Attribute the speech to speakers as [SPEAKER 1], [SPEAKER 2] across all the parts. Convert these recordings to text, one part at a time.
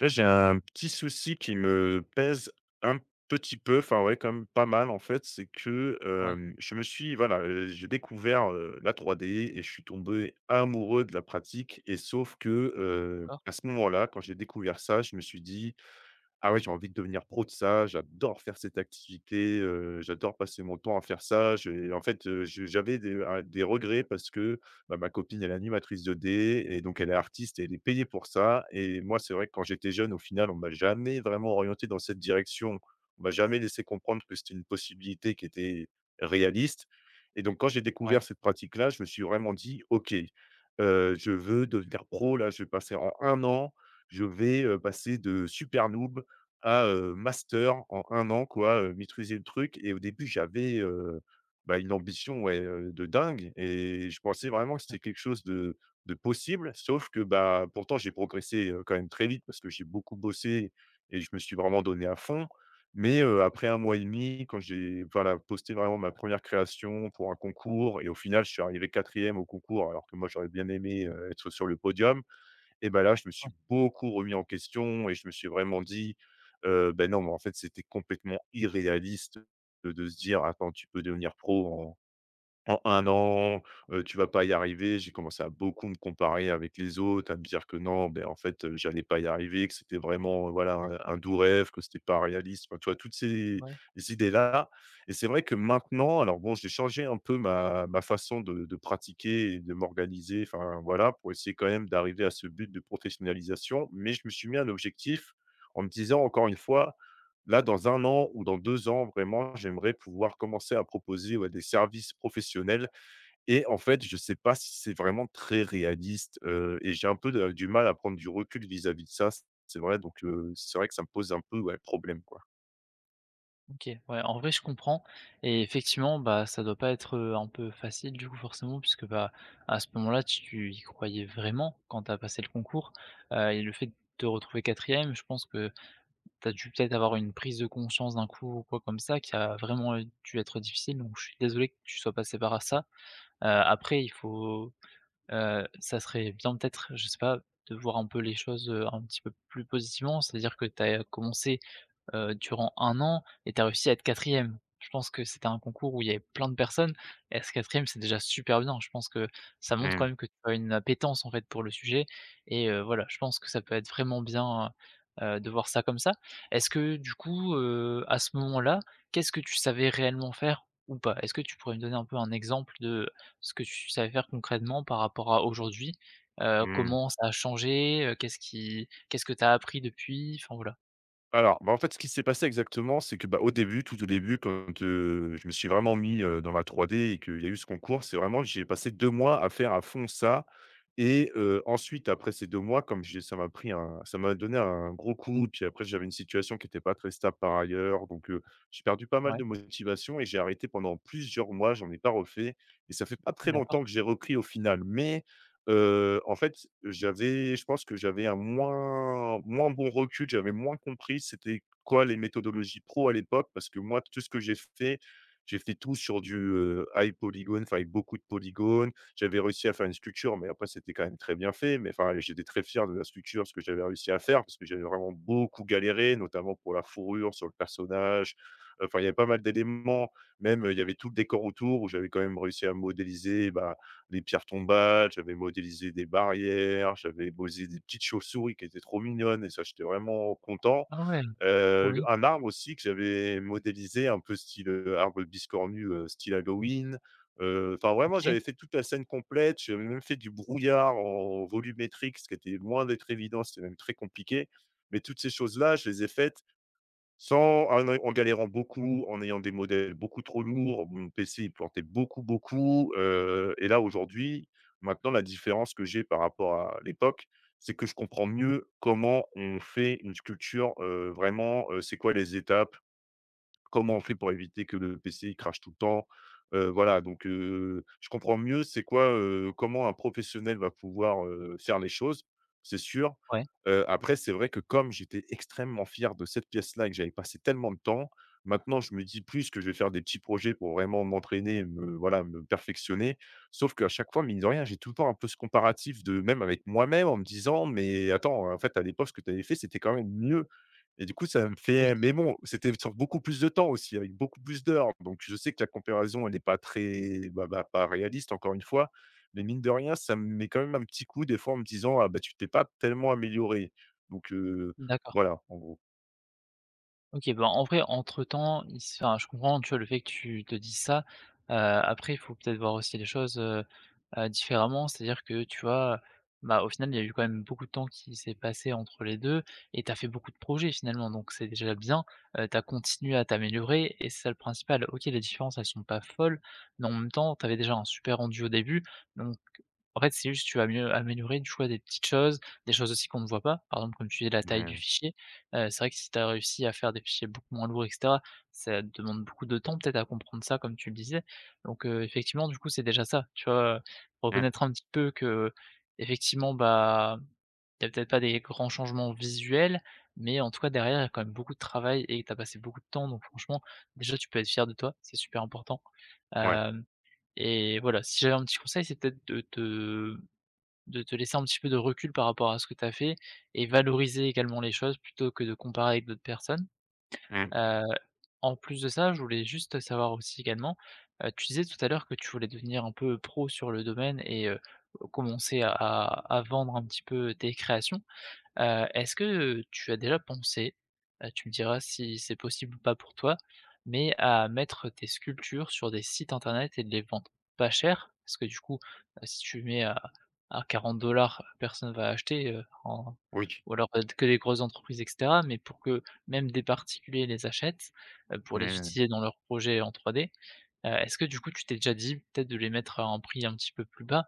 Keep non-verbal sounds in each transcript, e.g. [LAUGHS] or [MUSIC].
[SPEAKER 1] Là, j'ai un petit souci qui me pèse un petit peu, enfin ouais, comme pas mal en fait, c'est que
[SPEAKER 2] Ouais,
[SPEAKER 1] je me suis voilà, j'ai découvert, la 3D et je suis tombé amoureux de la pratique et sauf que,
[SPEAKER 2] d'accord.
[SPEAKER 1] à ce moment-là, quand j'ai découvert ça, je me suis dit: ah ouais, j'ai envie de devenir pro de ça, j'adore faire cette activité, j'adore passer mon temps à faire ça. J'ai en fait, je j'avais des regrets parce que, bah, ma copine, elle est animatrice de dés et donc elle est artiste et elle est payée pour ça et moi, c'est vrai que quand j'étais jeune, au final, on m'a jamais vraiment orienté dans cette direction. On m'a jamais laissé comprendre que c'était une possibilité qui était réaliste. Et donc quand j'ai
[SPEAKER 2] Ouais,
[SPEAKER 1] découvert cette pratique-là, je me suis vraiment dit: «OK, je veux devenir pro, là, je vais passer en 1 an, je vais, passer de super noob à, master en un an quoi, maîtriser le truc. Et au début j'avais, bah, une ambition ouais, de dingue et je pensais vraiment que c'était quelque chose de possible sauf que, bah, pourtant j'ai progressé, quand même très vite parce que j'ai beaucoup bossé et je me suis vraiment donné à fond. Mais, après un mois et demi quand j'ai voilà, posté vraiment ma première création pour un concours et au final je suis arrivé quatrième au concours alors que moi j'aurais bien aimé, être sur le podium. Et ben là, je me suis
[SPEAKER 2] ouais,
[SPEAKER 1] beaucoup remis en question et je me suis vraiment dit: «Beh, non, mais en fait, c'était complètement irréaliste de se dire: "Attends, tu peux devenir pro en". En un an, tu vas pas y arriver. J'ai commencé à beaucoup me comparer avec les autres, à me dire que non, ben en fait, j'allais pas y arriver, que c'était vraiment, voilà, un doux rêve, que c'était pas réaliste. Enfin, tu vois, toutes ces
[SPEAKER 2] ouais,
[SPEAKER 1] ces idées-là. Et c'est vrai que maintenant alors bon, j'ai changé un peu ma façon de pratiquer et de m'organiser, enfin, voilà, pour essayer quand même d'arriver à ce but de professionnalisation, mais je me suis mis un objectif en me disant encore une fois: Là, dans un an ou dans 2 ans, vraiment, j'aimerais pouvoir commencer à proposer, ouais, des services professionnels et en fait, je ne sais pas si c'est vraiment très réaliste, et j'ai un peu de du mal à prendre du recul vis-à-vis de ça, c'est vrai. Donc c'est vrai que ça me pose un peu, ouais, problème, quoi.
[SPEAKER 2] OK, ouais, en vrai, je comprends et effectivement, bah, ça doit pas être, un peu facile du coup forcément puisque, bah, à ce moment-là, tu y croyais vraiment quand tu as passé le concours, et le fait de te retrouver quatrième, je pense que tu as dû peut-être avoir une prise de conscience d'un coup ou quoi comme ça qui a vraiment, dû être difficile donc je suis désolé que tu sois passé par ça. Après il faut, ça serait bien peut-être, je sais pas, de voir un peu les choses, un petit peu plus positivement. C'est-à-dire que tu as commencé durant un an et tu as réussi à être quatrième. Je pense que c'était un concours où il y avait plein de personnes et être quatrième c'est déjà super bien. Je pense que ça montre quand
[SPEAKER 1] Mmh.
[SPEAKER 2] même que tu as une appétence, en fait, pour le sujet et voilà, je pense que ça peut être vraiment bien, de voir ça comme ça. Est-ce que du coup, à ce moment-là, qu'est-ce que tu savais réellement faire ou pas? Est-ce que tu pourrais me donner un peu un exemple de ce que tu savais faire concrètement par rapport à aujourd'hui?
[SPEAKER 1] Mmh.
[SPEAKER 2] Comment ça a changé? Qu'est-ce que tu as appris depuis? Enfin, voilà.
[SPEAKER 1] Alors, bah, en fait, ce qui s'est passé exactement, c'est que, bah, au début, tout au début, quand, je me suis vraiment mis, dans la 3D et qu'il y a eu ce concours, c'est vraiment que j'ai passé 2 mois à faire à fond ça. Et ensuite, après ces 2 mois, comme j'ai ça m'a donné un gros coup puis après j'avais une situation qui n'était pas très stable par ailleurs, donc j'ai perdu pas mal
[SPEAKER 2] Ouais,
[SPEAKER 1] de motivation et j'ai arrêté pendant plusieurs mois, j'en ai pas refait et ça fait pas très
[SPEAKER 2] d'accord.
[SPEAKER 1] longtemps que j'ai repris au final, mais. En fait, j'avais je pense que j'avais un moins bon recul, j'avais moins compris c'était quoi les méthodologies pro à l'époque parce que moi, tout ce que j'ai fait tout sur du, high polygon, enfin avec beaucoup de polygones. J'avais réussi à faire une sculpture, mais après c'était quand même très bien fait, mais enfin, j'étais très fier de la sculpture, ce que j'avais réussi à faire parce que j'avais vraiment beaucoup galéré, notamment pour la fourrure sur le personnage. Enfin, il y avait pas mal d'éléments, même, il y avait tout le décor autour où j'avais quand même réussi à modéliser, bah les pierres tombales, j'avais modélisé des barrières, j'avais posé des petites chauves-souris qui étaient trop mignonnes et ça, j'étais vraiment content.
[SPEAKER 2] Ah ouais! Trop
[SPEAKER 1] Le
[SPEAKER 2] bien.
[SPEAKER 1] Un arbre aussi que j'avais modélisé un peu style, arbre biscornu, style Halloween. Enfin vraiment, j'avais
[SPEAKER 2] OK.
[SPEAKER 1] fait toute la scène complète, j'avais même fait du brouillard en volumétrique, ce qui était loin d'être évident, c'était même très compliqué. Mais toutes ces choses-là, je les ai faites sans en galérant beaucoup, en ayant des modèles beaucoup trop lourds, mon PC il plantait beaucoup, beaucoup, et là aujourd'hui, maintenant la différence que j'ai par rapport à l'époque, c'est que je comprends mieux comment on fait une sculpture, vraiment, c'est quoi les étapes. Comment on fait pour éviter que le PC il crache tout le temps? Voilà donc je comprends mieux c'est quoi, comment un professionnel va pouvoir, faire les choses, c'est sûr.
[SPEAKER 2] Ouais,
[SPEAKER 1] Après c'est vrai que comme j'étais extrêmement fier de cette pièce-là et que j'avais passé tellement de temps, maintenant je me dis plus que je vais faire des petits projets pour vraiment m'entraîner, me voilà, me perfectionner. Sauf qu'à chaque fois, mine de rien, j'ai tout le temps un peu ce comparatif de même avec moi-même en me disant: «Mais attends, en fait, à l'époque, ce que tu avais fait, c'était quand même mieux». Et du coup, ça me
[SPEAKER 2] oui,
[SPEAKER 1] fait mais bon, c'était sur beaucoup plus de temps aussi, avec beaucoup plus d'heures. Donc je sais que la comparaison, elle n'est pas très bah, pas réaliste encore une fois, mais mine de rien, ça me met quand même un petit coup des fois en me disant: «Ah bah, tu t'es pas tellement amélioré». Donc
[SPEAKER 2] d'accord.
[SPEAKER 1] voilà, en gros.
[SPEAKER 2] OK, ben, en vrai, entre-temps, il s enfin, je comprends, tu vois, le fait que tu te dises ça. Après, il faut peut-être voir aussi les choses, différemment. C'est-à-dire que, tu vois, bah, au final, il y a eu quand même beaucoup de temps qui s'est passé entre les 2, et tu as fait beaucoup de projets, finalement, donc c'est déjà bien. Tu as continué à t'améliorer et c'est ça le principal. OK, les différences, elles sont pas folles, mais en même temps, tu avais déjà un super rendu au début, donc en fait, c'est juste tu vas mieux améliorer. Tu vois, des petites choses, des choses aussi qu'on ne voit pas. Par exemple, comme tu dis, la taille du
[SPEAKER 1] Mmh,
[SPEAKER 2] fichier. C'est vrai que si tu as réussi à faire des fichiers beaucoup moins lourds et cetera, ça te demande beaucoup de temps peut-être à comprendre ça comme tu le disais. Donc, effectivement du coup c'est déjà ça, tu vois?
[SPEAKER 1] mmh,
[SPEAKER 2] Reconnaître un petit peu que effectivement bah, il y a peut-être pas des grands changements visuels, mais en tout cas derrière il y a quand même beaucoup de travail et tu as passé beaucoup de temps donc franchement déjà tu peux être fier de toi, c'est super important.
[SPEAKER 1] ouais,
[SPEAKER 2] Hem Et voilà, si j'avais un petit conseil, c'est peut-être de te laisser un petit peu de recul par rapport à ce que tu as fait et valoriser également les choses plutôt que de comparer avec d'autres personnes.
[SPEAKER 1] mmh,
[SPEAKER 2] Heu, En plus de ça, je voulais juste savoir aussi également, tu disais tout à l'heure que tu voulais devenir un peu pro sur le domaine et commencer à vendre un petit peu tes créations. Est-ce que, tu as déjà pensé, tu me diras si c'est possible ou pas pour toi, mais à mettre tes sculptures sur des sites internet et de les vendre pas cher? Parce que du coup, si tu mets à 40 dollars, personne va acheter, en
[SPEAKER 1] oui.
[SPEAKER 2] ou alors, que les grosses entreprises et cetera, mais pour que même des particuliers les achètent, pour les
[SPEAKER 1] Mmh,
[SPEAKER 2] utiliser dans leurs projets en 3D, est-ce que du coup tu t'es déjà dit peut-être de les mettre à un prix un petit peu plus bas?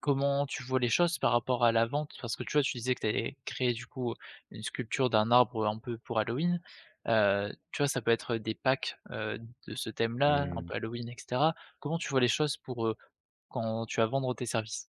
[SPEAKER 2] Comment tu vois les choses par rapport à la vente? Parce que tu vois, tu disais que tu avais créé du coup une sculpture d'un arbre un peu pour Halloween. Tu vois, ça peut être des packs, de ce thème-là, un
[SPEAKER 1] mmh.
[SPEAKER 2] peu Halloween et cetera. Comment tu vois les choses pour, quand tu vas vendre tes services?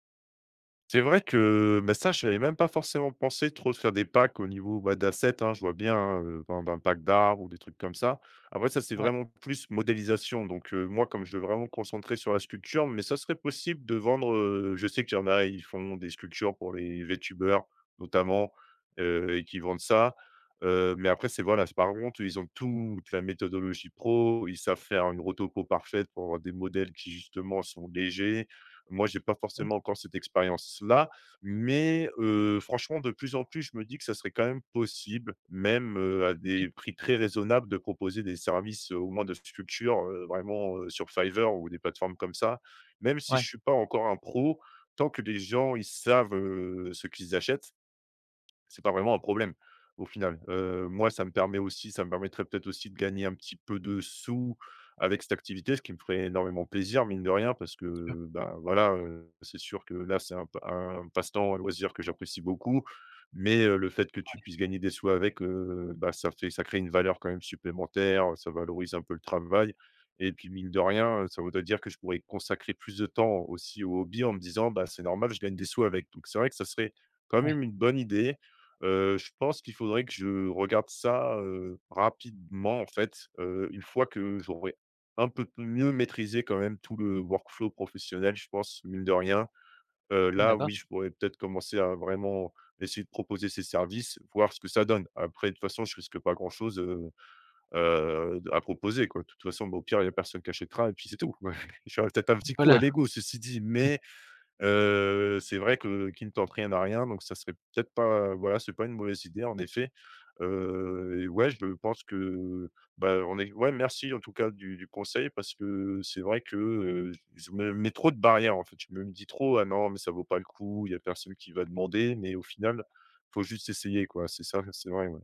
[SPEAKER 1] C'est vrai que, bah, ça, je n'avais même pas forcément pensé trop de faire des packs au niveau, bah, d'assets, hein. Je vois bien, hein, vendre un pack d'arbres ou des trucs comme ça. Après ça, c'est
[SPEAKER 2] Ouais,
[SPEAKER 1] vraiment plus modélisation donc moi, comme je veux vraiment me concentrer sur la sculpture, mais ça serait possible de vendre, je sais qu'il y en a, ils font des sculptures pour les VTubers notamment, et qui vendent ça, mais après c'est voilà, c'est par contre, ils ont toute la méthodologie pro, ils savent faire une rotopo parfaite pour avoir des modèles qui justement sont légers. Moi, j'ai pas
[SPEAKER 2] ouais,
[SPEAKER 1] forcément encore cette expérience-là, mais franchement, de plus en plus, je me dis que ça serait quand même possible, même, à
[SPEAKER 2] OK.
[SPEAKER 1] des prix très raisonnables, de proposer des services, au moins de sculpture, vraiment, sur Fiverr ou des plateformes comme ça. Même si je
[SPEAKER 2] Ouais,
[SPEAKER 1] suis pas encore un pro, tant que les gens, ils savent, ce qu'ils achètent, c'est pas vraiment un problème au final. Moi, ça me permettrait peut-être aussi de gagner un petit peu de sous avec cette activité, ce qui me ferait énormément plaisir, mine de rien, parce
[SPEAKER 2] sûr,
[SPEAKER 1] que, ben voilà, c'est sûr que là, c'est un passe-temps, un loisir que j'apprécie beaucoup, mais le fait que tu
[SPEAKER 2] ouais,
[SPEAKER 1] puisses gagner des sous avec, bah, ça crée une valeur quand même supplémentaire, ça valorise un peu le travail et puis, mine de rien, ça voudrait dire que je pourrais consacrer plus de temps aussi au hobby en me disant: «Bah, c'est normal, je gagne des sous avec». Donc c'est vrai que ça serait quand
[SPEAKER 2] ouais.
[SPEAKER 1] même une bonne idée. Je pense qu'il faudrait que je regarde ça, rapidement en fait, une fois que j'aurai un peu p mieux maîtrisé quand même tout le workflow professionnel, je pense, mine de rien. Là,
[SPEAKER 2] D'accord.
[SPEAKER 1] oui, je pourrais peut-être commencer à vraiment essayer de proposer ces services, voir ce que ça donne. Après, de toute façon, je risque pas grand-chose, à proposer quoi. De toute façon, bah, au pire, il y a personne qui achètera et puis c'est tout. Ouais, [LAUGHS] j'aurais peut-être un petit coup à
[SPEAKER 2] Voilà.
[SPEAKER 1] l'ego, ceci dit, mais. C'est vrai que qui ne tente rien à rien, donc ça serait peut-être pas voilà, c'est pas une mauvaise idée en effet. Et ouais, je pense que, bah, on est ouais, merci en tout cas du conseil parce que c'est vrai que, je me mets trop de barrières en fait. Je me dis trop: «Ah non, mais ça vaut pas le coup, il y a personne qui va demander», mais au final, faut juste essayer quoi. C'est ça, c'est vrai, ouais.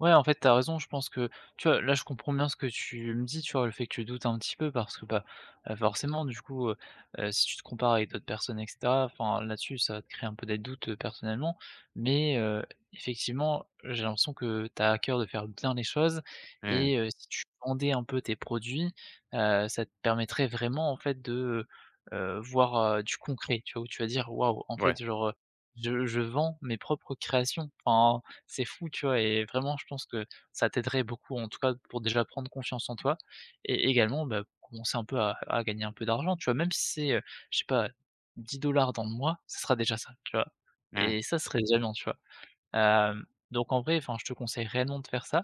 [SPEAKER 2] Ouais, en fait, t'as raison. Je pense que, tu vois, là, je comprends bien ce que tu me dis, tu vois, le fait que tu doutes un petit peu parce que, bah, forcément, du coup, si tu te compares avec d'autres personnes et cetera, enfin, là-dessus, ça va te créer un peu des doutes, personnellement. Mais, effectivement, j'ai l'impression que t'as à cœur de faire bien les choses
[SPEAKER 1] Mmh.
[SPEAKER 2] et si tu vendais un peu tes produits, ça te permettrait vraiment, en fait, de, heu voir, du concret, tu vois? Où tu vas dire: «Waouh, en fait,
[SPEAKER 1] Ouais.
[SPEAKER 2] genre, je vends mes propres créations». Enfin c'est fou, tu vois? Et vraiment, je pense que ça t'aiderait beaucoup, en tout cas, pour déjà prendre confiance en toi et également, bah, commencer un peu à gagner un peu d'argent, tu vois? Même si c'est, je sais pas, 10 dollars dans le mois, ça sera déjà ça, tu vois?
[SPEAKER 1] Mmh.
[SPEAKER 2] Et ça, serait déjà bien, tu vois? Hem, donc en vrai, enfin, je te conseille réellement de faire ça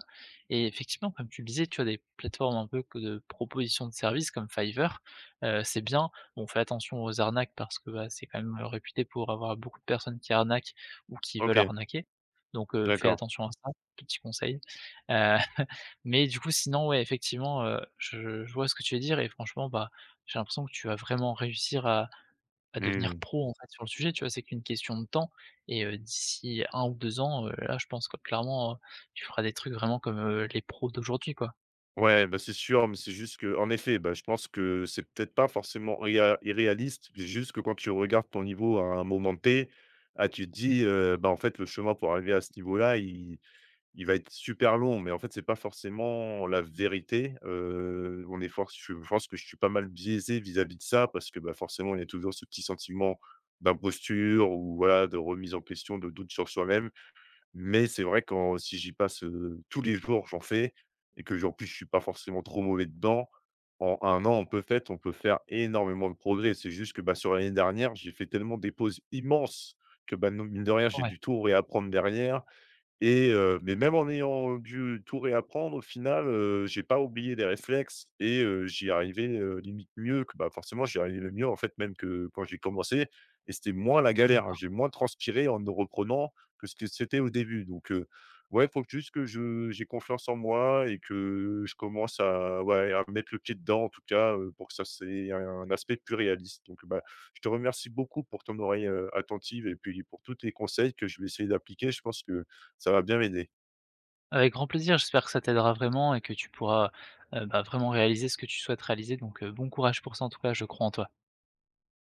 [SPEAKER 2] et effectivement, comme tu le disais, tu as des plateformes un peu que de proposition de services comme Fiverr, c'est bien. Bon, fais attention aux arnaques parce que, bah, c'est quand même, réputé pour avoir beaucoup de personnes qui arnaquent ou qui veulent
[SPEAKER 1] OK,
[SPEAKER 2] arnaquer. Donc fais
[SPEAKER 1] d'accord.
[SPEAKER 2] attention à ça, petit conseil. Heu, [LAUGHS] mais du coup, sinon, ouais, effectivement, je vois ce que tu veux dire et franchement, bah, j'ai l'impression que tu vas vraiment réussir à devenir
[SPEAKER 1] Mmh.
[SPEAKER 2] pro, en fait, sur le sujet, tu vois? C'est qu'une question de temps et d'ici un ou 2 ans, là, je pense que clairement, tu feras des trucs vraiment comme, les pros d'aujourd'hui, quoi.
[SPEAKER 1] Ouais, bah, c'est sûr, mais c'est juste que, en effet, bah, je pense que c'est peut-être pas forcément réa irréaliste. C'est juste que quand tu regardes ton niveau à un moment T, ah, tu te dis, bah, en fait, le chemin pour arriver à ce niveau-là, il va être super long, mais en fait, c'est pas forcément la vérité. On est force je pense que je suis pas mal biaisé vis-à-vis de ça parce que, bah, forcément, il y a toujours ce petit sentiment d'imposture ou voilà, de remise en question, de doute sur soi-même. Mais c'est vrai quand si j'y passe, tous les jours, j'en fais et que j en plus, je suis pas forcément trop mauvais dedans. En un an, on peut faire énormément de progrès. C'est juste que, bah, sur l'année dernière, j'ai fait tellement des pauses immenses que, bah, non mine de rien, j'ai
[SPEAKER 2] Ouais,
[SPEAKER 1] du tout réapprendre derrière. Et mais même en ayant dû tout réapprendre, au final, j'ai pas oublié des réflexes et j'y arrivais, limite mieux que bah, forcément, j'y arrivais le mieux, en fait, même que quand j'ai commencé et c'était moins la galère, hein.
[SPEAKER 2] d'accord.
[SPEAKER 1] J'ai moins transpiré en ne reprenant que ce que c'était au début. Donc ouais, faut que juste que je j'ai confiance en moi et que je commence à ouais, à mettre le pied dedans, en tout cas, pour que ça c'est un aspect plus réaliste. Donc bah, je te remercie beaucoup pour ton oreille, attentive et puis pour tous tes conseils que je vais essayer d'appliquer. Je pense que ça va bien m'aider.
[SPEAKER 2] Avec grand plaisir, j'espère que ça t'aidera vraiment et que tu pourras, bah, vraiment réaliser ce que tu souhaites réaliser donc bon courage pour ça, en tout cas, je crois en toi.